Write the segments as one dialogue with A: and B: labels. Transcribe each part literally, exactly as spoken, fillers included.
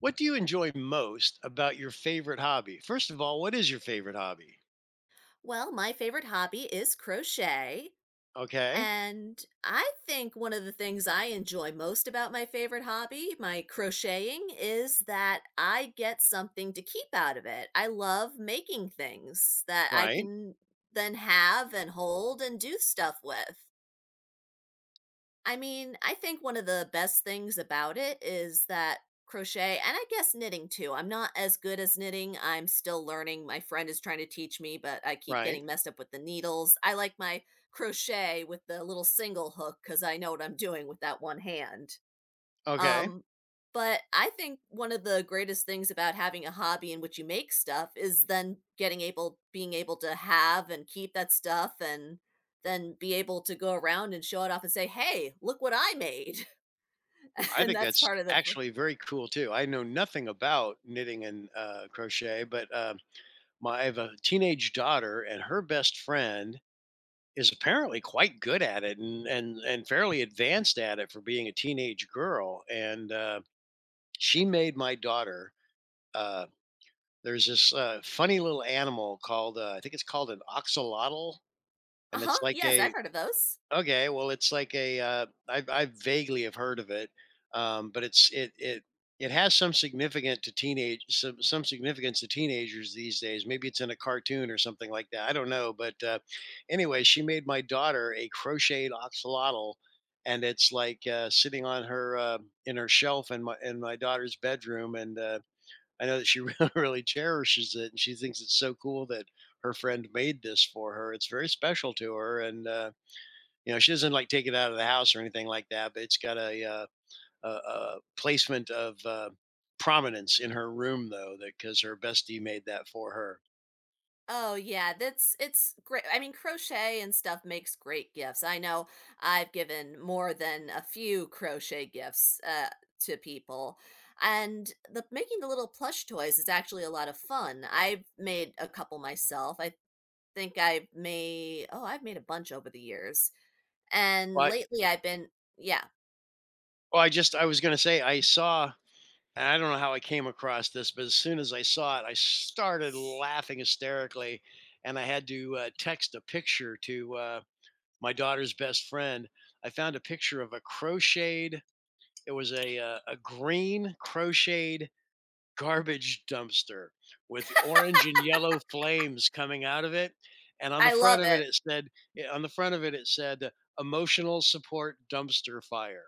A: What do you enjoy most about your favorite hobby? First of all, what is your favorite hobby?
B: Well, my favorite hobby is crochet.
A: Okay.
B: And I think one of the things I enjoy most about my favorite hobby, my crocheting, is that I get something to keep out of it. I love making things that I
A: Right.
B: can then have and hold and do stuff with. I mean, I think one of the best things about it is that crochet and I guess knitting too. I'm not as good as knitting. I'm still learning. My friend is trying to teach me, but I keep
A: Right.
B: getting messed up with the needles. I like my crochet with the little single hook because I know what I'm doing with that one hand.
A: Okay.
B: Um, but I think one of the greatest things about having a hobby in which you make stuff is then getting able being able to have and keep that stuff and then be able to go around and show it off and say, "Hey, look what I made."
A: I
B: And
A: think
B: that's
A: that's
B: part of the
A: actually very cool too. I know nothing about knitting and uh, crochet, but um, my I have a teenage daughter, and her best friend is apparently quite good at it and and and fairly advanced at it for being a teenage girl. And uh, she made my daughter. Uh, there's this uh, funny little animal called uh, I think it's called an oxalotl. And
B: Uh-huh.
A: it's like
B: Yes, I've
A: a
B: heard of those.
A: Okay, well, it's like a, uh, I I vaguely have heard of it, um, but it's it it it has some significant to teenage some some significance to teenagers these days. Maybe it's in a cartoon or something like that. I don't know, but uh, anyway, she made my daughter a crocheted oxalotl, and it's like uh, sitting on her uh, in her shelf in my in my daughter's bedroom, and uh, I know that she really really cherishes it, and she thinks it's so cool that her friend made this for her. It's very special to her, and uh, you know she doesn't like take it out of the house or anything like that. But it's got a uh, a, a placement of uh, prominence in her room though, that because her bestie made that for her.
B: Oh yeah, that's it's great. I mean, crochet and stuff makes great gifts. I know I've given more than a few crochet gifts uh, to people, and the making the little plush toys is actually a lot of fun. I've made a couple myself. I think I may oh I've made a bunch over the years, and
A: Well, I,
B: lately I've been yeah
A: well, I just I was gonna say I saw. And I don't know how I came across this, but as soon as I saw it, I started laughing hysterically, and I had to uh, text a picture to uh, my daughter's best friend. I found a picture of a crocheted it was a, uh, a green crocheted garbage dumpster with orange and yellow flames coming out of it, and on the
B: I
A: front
B: love
A: of it,
B: it.
A: it said, eh, on the front of it, it said, "Emotional support dumpster fire."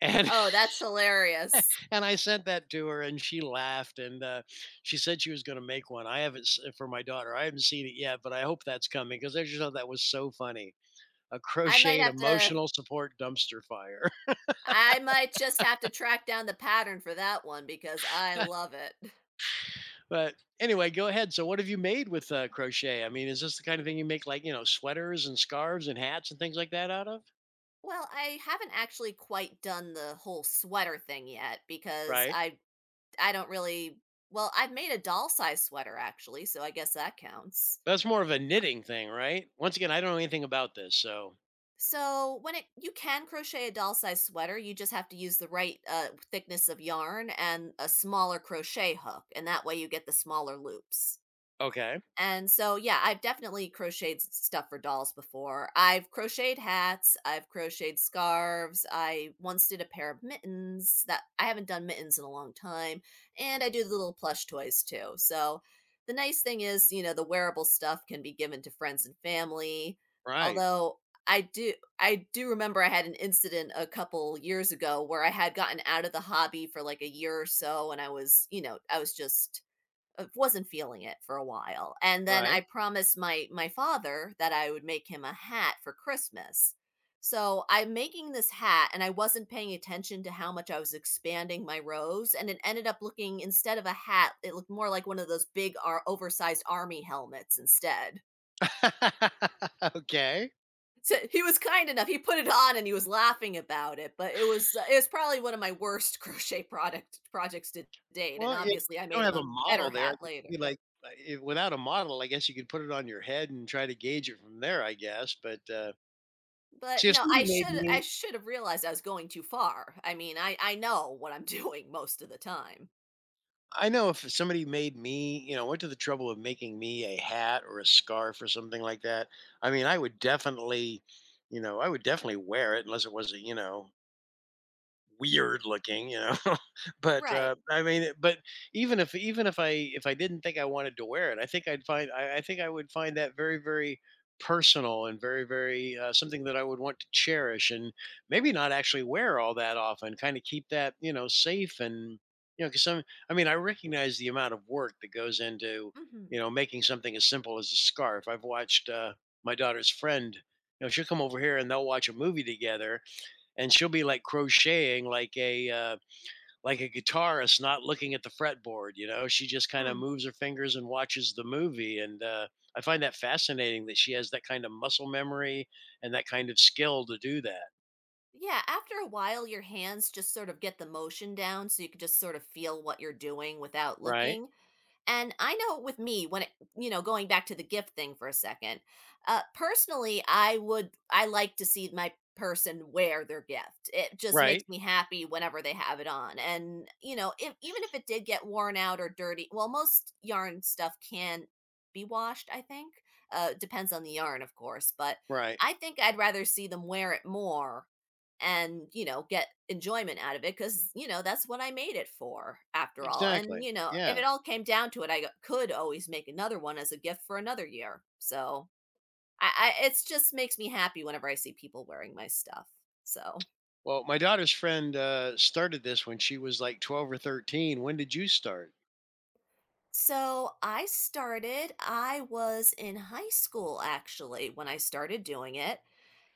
A: And
B: Oh, that's hilarious.
A: And I sent that to her, and she laughed, and, uh, she said she was gonna make one. I haven't s For my daughter, I haven't seen it yet, but I hope that's coming because I just thought that was so funny, a
B: I might
A: crocheted
B: have to.
A: emotional support dumpster fire.
B: I might just have to track down the pattern for that one because I love it.
A: But anyway, go ahead. So, what have you made with uh, crochet? I mean, is this the kind of thing you make, like, you know, sweaters and scarves and hats and things like that out of?
B: Well, I haven't actually quite done the whole sweater thing yet because
A: Right.
B: I I don't really well, I've made a doll size sweater actually, so I guess that counts.
A: That's more of a knitting thing, right? Once again, I don't know anything about this. So,
B: So when it you can crochet a doll size sweater, you just have to use the right uh, thickness of yarn and a smaller crochet hook, and that way you get the smaller loops.
A: okay.
B: And so, yeah, I've definitely crocheted s- stuff for dolls before. I've crocheted hats, I've crocheted scarves. I once did a pair of mittens that I haven't done mittens in a long time, and I do little plush toys too. So, the nice thing is, you know, the wearable stuff can be given to friends and family.
A: Right.
B: Although I do I do remember I had an incident a couple years ago where I had gotten out of the hobby for like a year or so and I was, you know, I was just uh, wasn't feeling it for a while and then
A: Right.
B: I promised my my father that I would make him a hat for Christmas so I'm making this hat and I wasn't paying attention to how much I was expanding my rows and it ended up looking instead of a hat it looked more like one of those big ar- oversized army helmets instead.
A: Okay.
B: So he was kind enough he put it on and he was laughing about it but it was uh, it was probably one of my worst crochet product projects to date and
A: Well, you
B: obviously I made
A: don't
B: him
A: have a
B: a better
A: model there.
B: hat
A: I guess
B: later.
A: you could, like, uh, if, without a model, I guess you could put it on your head and try to gauge it from there, I guess. But uh,
B: But
A: see, if
B: no, I
A: somebody made
B: should I
A: me
B: should have realized I was going too far. I mean, I I know what I'm doing most of the time.
A: I know, if somebody made me, you know, went to the trouble of making me a hat or a scarf or something like that, I mean, I would definitely, you know, I would definitely wear it unless it was, a, you know, weird looking, you know. but
B: Right.
A: uh, I mean, but even if even if I if I didn't think I wanted to wear it, I think I'd find I, I think I would find that very very personal and very very uh, something that I would want to cherish and maybe not actually wear all that often. Kind of keep that, you know safe, and you know because some I mean, I recognize the amount of work that goes into
B: Mhm.
A: you know making something as simple as a scarf. I've watched uh, my daughter's friend. You know, she'll come over here and they'll watch a movie together and she'll be, like, crocheting like a uh, like a guitarist not looking at the fretboard, you know she just kind of
B: Mm.
A: moves her fingers and watches the movie, and uh, I find that fascinating that she has that kind of muscle memory and that kind of skill to do that.
B: Yeah, after a while your hands just sort of get the motion down so you can just sort of feel what you're doing without
A: Right.
B: looking. And I know with me, when it, you know, going back to the gift thing for a second, uh, personally, I would, I like to see my person wear their gift. It just makes
A: Right.
B: me happy whenever they have it on. And, you know, if, even if it did get worn out or dirty, well, most yarn stuff can be washed, I think. Uh, depends on the yarn, of course, but
A: Right.
B: I think I'd rather see them wear it more and, you know, get enjoyment out of it because you know, that's what I made it for after all, and,
A: Exactly.
B: you know, if
A: Yeah.
B: it all came down to it, I could always make another one as a gift for another year, so I I it's just makes me happy whenever I see people wearing my stuff, so
A: Well, my daughter's friend uh, started this when she was like twelve or thirteen. When did you start?
B: so I started I was in high school, actually, when I started doing it.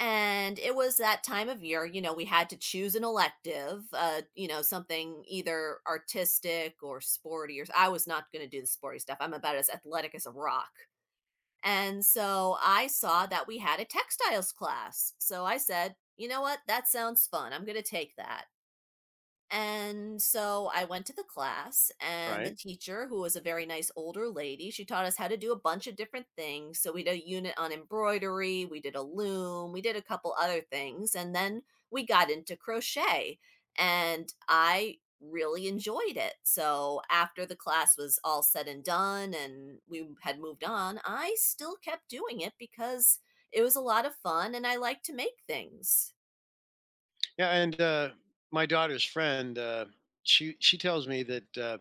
B: And it was that time of year, you know, we had to choose an elective, uh, you know, something either artistic or sporty or I was not going to do the sporty stuff. I'm about as athletic as a rock. And so I saw that we had a textiles class. So I said, you know what? That sounds fun. I'm going to take that. And so I went to the class, and the
A: Right.
B: teacher, who was a very nice older lady, she taught us how to do a bunch of different things. So we did a unit on embroidery, we did a loom, we did a couple other things, and then we got into crochet. And I really enjoyed it. So after the class was all said and done and we had moved on, I still kept doing it because it was a lot of fun and I like to make things.
A: Yeah. And uh, my daughter's friend, uh, she she tells me that uh,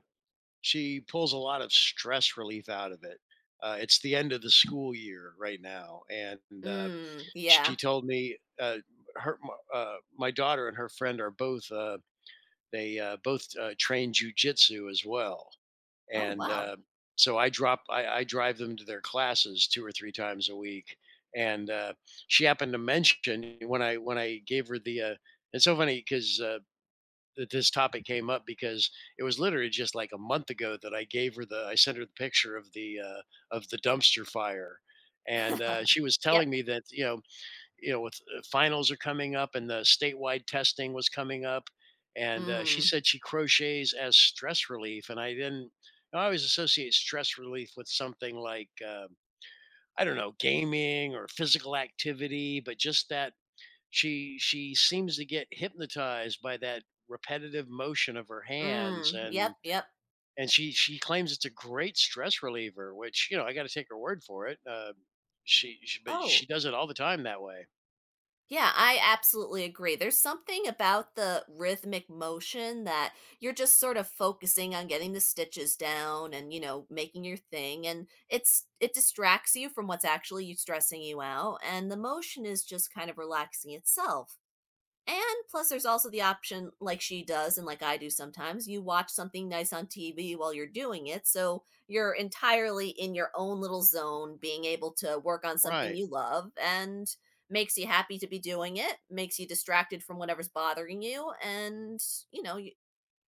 A: she pulls a lot of stress relief out of it. Uh, it's the end of the school year right now, and, uh,
B: Mm, yeah.
A: she told me, uh, her uh, my daughter and her friend are both, uh they, uh, both, uh, train jujitsu as well,
B: Oh,
A: and,
B: wow.
A: uh, so I drop I I drive them to their classes two or three times a week, and, uh, she happened to mention when I when I gave her the, uh It's so funny because that this topic came up because it was literally just like a month ago that I gave her the I sent her the picture of the uh, of the dumpster fire, and uh, she was
B: Yep.
A: telling me that you know you know with uh, finals are coming up and the statewide testing was coming up, and uh, she
B: Mm,
A: said she crochets as stress relief, and I didn't I always associate stress relief with something like, um I don't know, gaming or physical activity, but just that she she seems to get hypnotized by that repetitive motion of her hands.
B: mm, yep,
A: and
B: yep.
A: and she she claims it's a great stress reliever, which, you know, I gotta take her word for it. Uh, she, she But she
B: Oh,
A: does it all the time that way.
B: yeah, I absolutely agree. There's something about the rhythmic motion that you're just sort of focusing on getting the stitches down and, you know, making your thing and it's it distracts you from what's actually you stressing you out and the motion is just kind of relaxing itself. And plus, there's also the option, like she does, and like I do sometimes, you watch something nice on T V while you're doing it. So you're entirely in your own little zone, being able to work on something
A: Right.
B: you love and makes you happy to be doing it, makes you distracted from whatever's bothering you. And, you know, you,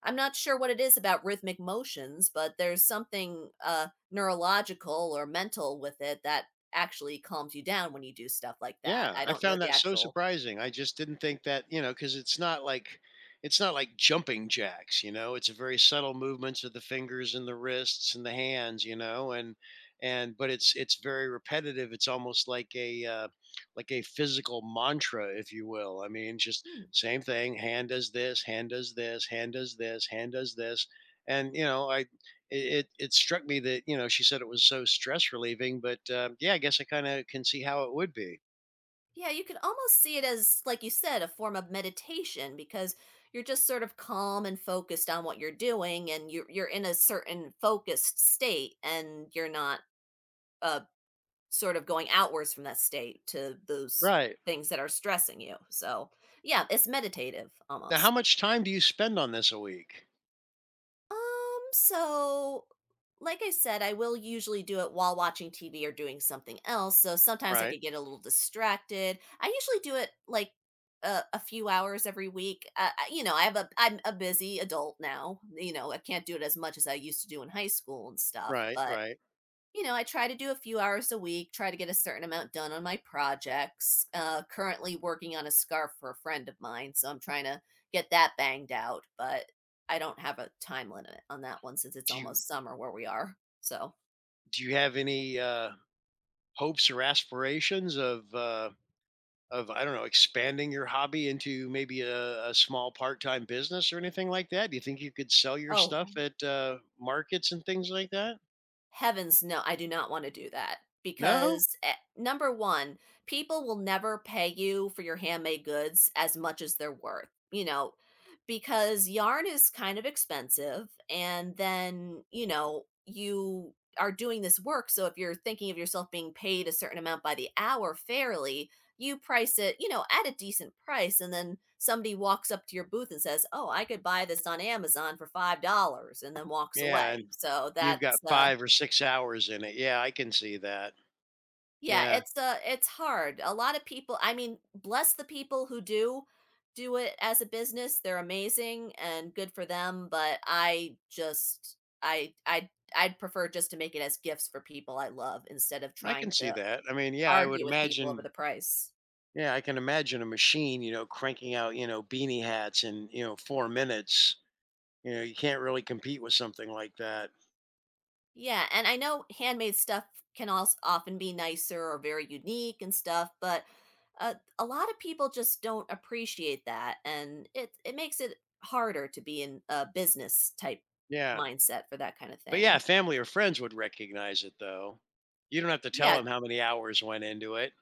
B: I'm not sure what it is about rhythmic motions, but there's something uh, neurological or mental with it that actually calms you down when you do stuff like that.
A: Yeah,
B: I
A: I
B: don't know
A: found
B: the
A: that so
B: actual.
A: surprising. I just didn't think that, you know, because it's not like it's not like jumping jacks, you know. It's a very subtle movements of the fingers and the wrists and the hands, you know, and and but it's it's very repetitive. It's almost like a, uh, like a physical mantra, if you will. I mean, just
B: Hmm.
A: same thing. Hand does this, hand does this, hand does this, hand does this, and you know, I it it it struck me that, you know she said it was so stress relieving, but uh, yeah, I guess I kind of can see how it would be.
B: Yeah, you could almost see it as, like you said, a form of meditation because you're just sort of calm and focused on what you're doing, and you're you're in a certain focused state, and you're not uh sort of going outwards from that state to those
A: Right.
B: things that are stressing you. So yeah, it's meditative
A: Now how
B: almost.
A: much time do you spend on this a week?
B: Um, so like I said, I will usually do it while watching T V or doing something else. So sometimes I
A: Right,
B: could get a little distracted. I usually do it like a, a few hours every week. Uh, I- you know, I have a I'm a busy adult now. You know, I can't do it as much as I used to do in high school and stuff.
A: right,
B: But
A: right.
B: you know, I try to do a few hours a week, try to get a certain amount done on my projects. Uh, currently working on a scarf for a friend of mine, so I'm trying to get that banged out, but I don't have a time limit on that one since it's
A: Do you
B: almost summer where we are. So,
A: do you have any, uh, hopes or aspirations of, uh of, I don't know, expanding your hobby into maybe a a small part-time business or anything like that? Do you think you could sell your
B: oh,
A: stuff at, uh, markets and things like that?
B: heavens no, I do not wanna do that
A: No?
B: because, eh number one, people will never pay you for your handmade goods as much as they're worth, you know, because yarn is kind of expensive, and then, you know, you are doing this work, so if you're thinking of yourself being paid a certain amount by the hour fairly, you price it, you know, at a decent price, and then somebody walks up to your booth and says, "Oh, I could buy this on Amazon for five dollars" and then walks
A: Yeah, and
B: away. So
A: you've got
B: that's, uh
A: five or six hours in it. Yeah, I can see that.
B: Yeah,
A: Yeah,
B: it's, uh, it's hard. A lot of people I mean, bless the people who do do it as a business, they're amazing and good for them, but I just I i I'd prefer just to make it as gifts for people I love instead of
A: I
B: trying
A: can see
B: to
A: that. I mean, yeah, I would
B: argue with people over
A: imagine.
B: the price.
A: Yeah, I can imagine a machine, you know, cranking out, you know, beanie hats in, you know, four minutes. You know, you can't really compete with something like that.
B: Yeah, and I know handmade stuff can also often be nicer or very unique and stuff, but uh, a lot of people just don't appreciate that, and it it makes it harder to be in a business type
A: Yeah.
B: mindset for that kind of
A: But yeah,
B: thing.
A: family or friends would recognize it though. You don't have to tell
B: Yeah,
A: them how many hours went into it.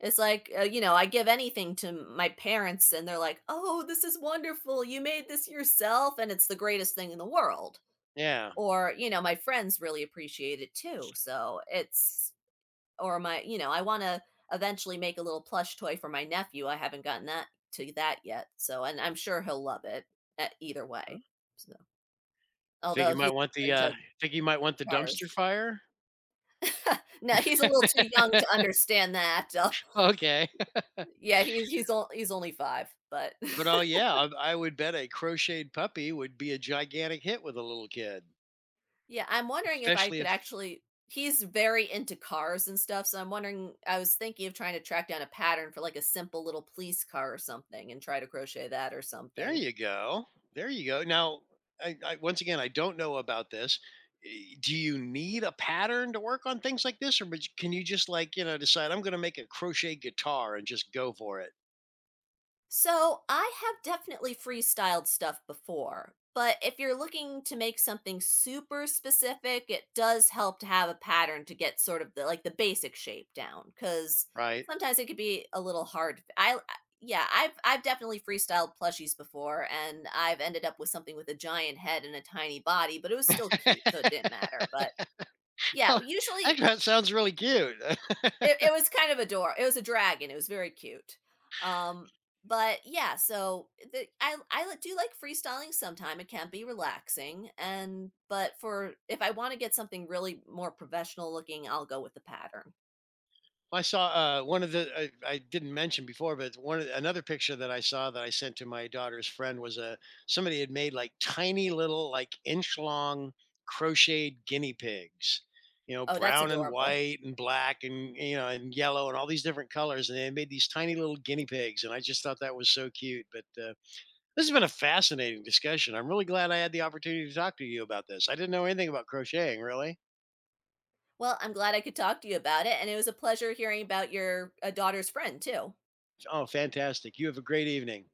B: it's like uh, you know, I give anything to my parents, and they're like, "Oh, this is wonderful! You made this yourself, and it's the greatest thing in the world."
A: Yeah.
B: Or you know, my friends really appreciate it too. So it's or my you know, I want to eventually make a little plush toy for my nephew. I haven't gotten that to that yet. So, and I'm sure he'll love it uh, either way. So,
A: Think you
B: although
A: might
B: he's
A: want the uh
B: into
A: think you might want the dumpster
B: cars.
A: fire?
B: No, he's a little too young to understand that. Uh,
A: Okay.
B: yeah, he's he's o- he's only five, but
A: But oh yeah, I, I would bet a crocheted puppy would be a gigantic hit with a little kid,
B: yeah, I'm wondering if I
A: especially
B: could
A: if.
B: actually he's very into cars and stuff, so I'm wondering I was thinking of trying to track down a pattern for like a simple little police car or something and try to crochet that or
A: There
B: something.
A: you go. There you go. Now, I, I, once again, I don't know about this. Eh, Do you need a pattern to work on things like this, or but can you just, like, you know decide I'm going to make a crochet guitar and just go for it,
B: So I have definitely freestyled stuff before, but if you're looking to make something super specific, it does help to have a pattern to get sort of the like the basic shape down because
A: right?
B: sometimes it could be a little hard. I I- yeah, I've I've definitely freestyled plushies before and I've ended up with something with a giant head and a tiny body, but it was still cute, so it didn't matter. But yeah,
A: Oh,
B: usually
A: actually, that sounds really cute.
B: it it was kind of adorable. It was a dragon, it was very cute. Um, but yeah, so the I I li do like freestyling sometime, it can be relaxing, and but for if I wanna get something really more professional looking, I'll go with the pattern.
A: I saw uh, one of the I, I didn't mention before, but one of the- another picture that I saw that I sent to my daughter's friend was a somebody had made like tiny little like inch long crocheted guinea pigs, you know,
B: Oh, that's
A: brown and
B: adorable.
A: white and black, and you know and yellow and all these different colors, and they made these tiny little guinea pigs, and I just thought that was so cute. But uh, this has been a fascinating discussion. I'm really glad I had the opportunity to talk to you about this. I didn't know anything about crocheting, really.
B: Well, I'm glad I could talk to you about it, and it was a pleasure hearing about your, uh, daughter's friend too.
A: Oh, fantastic! You have a great evening.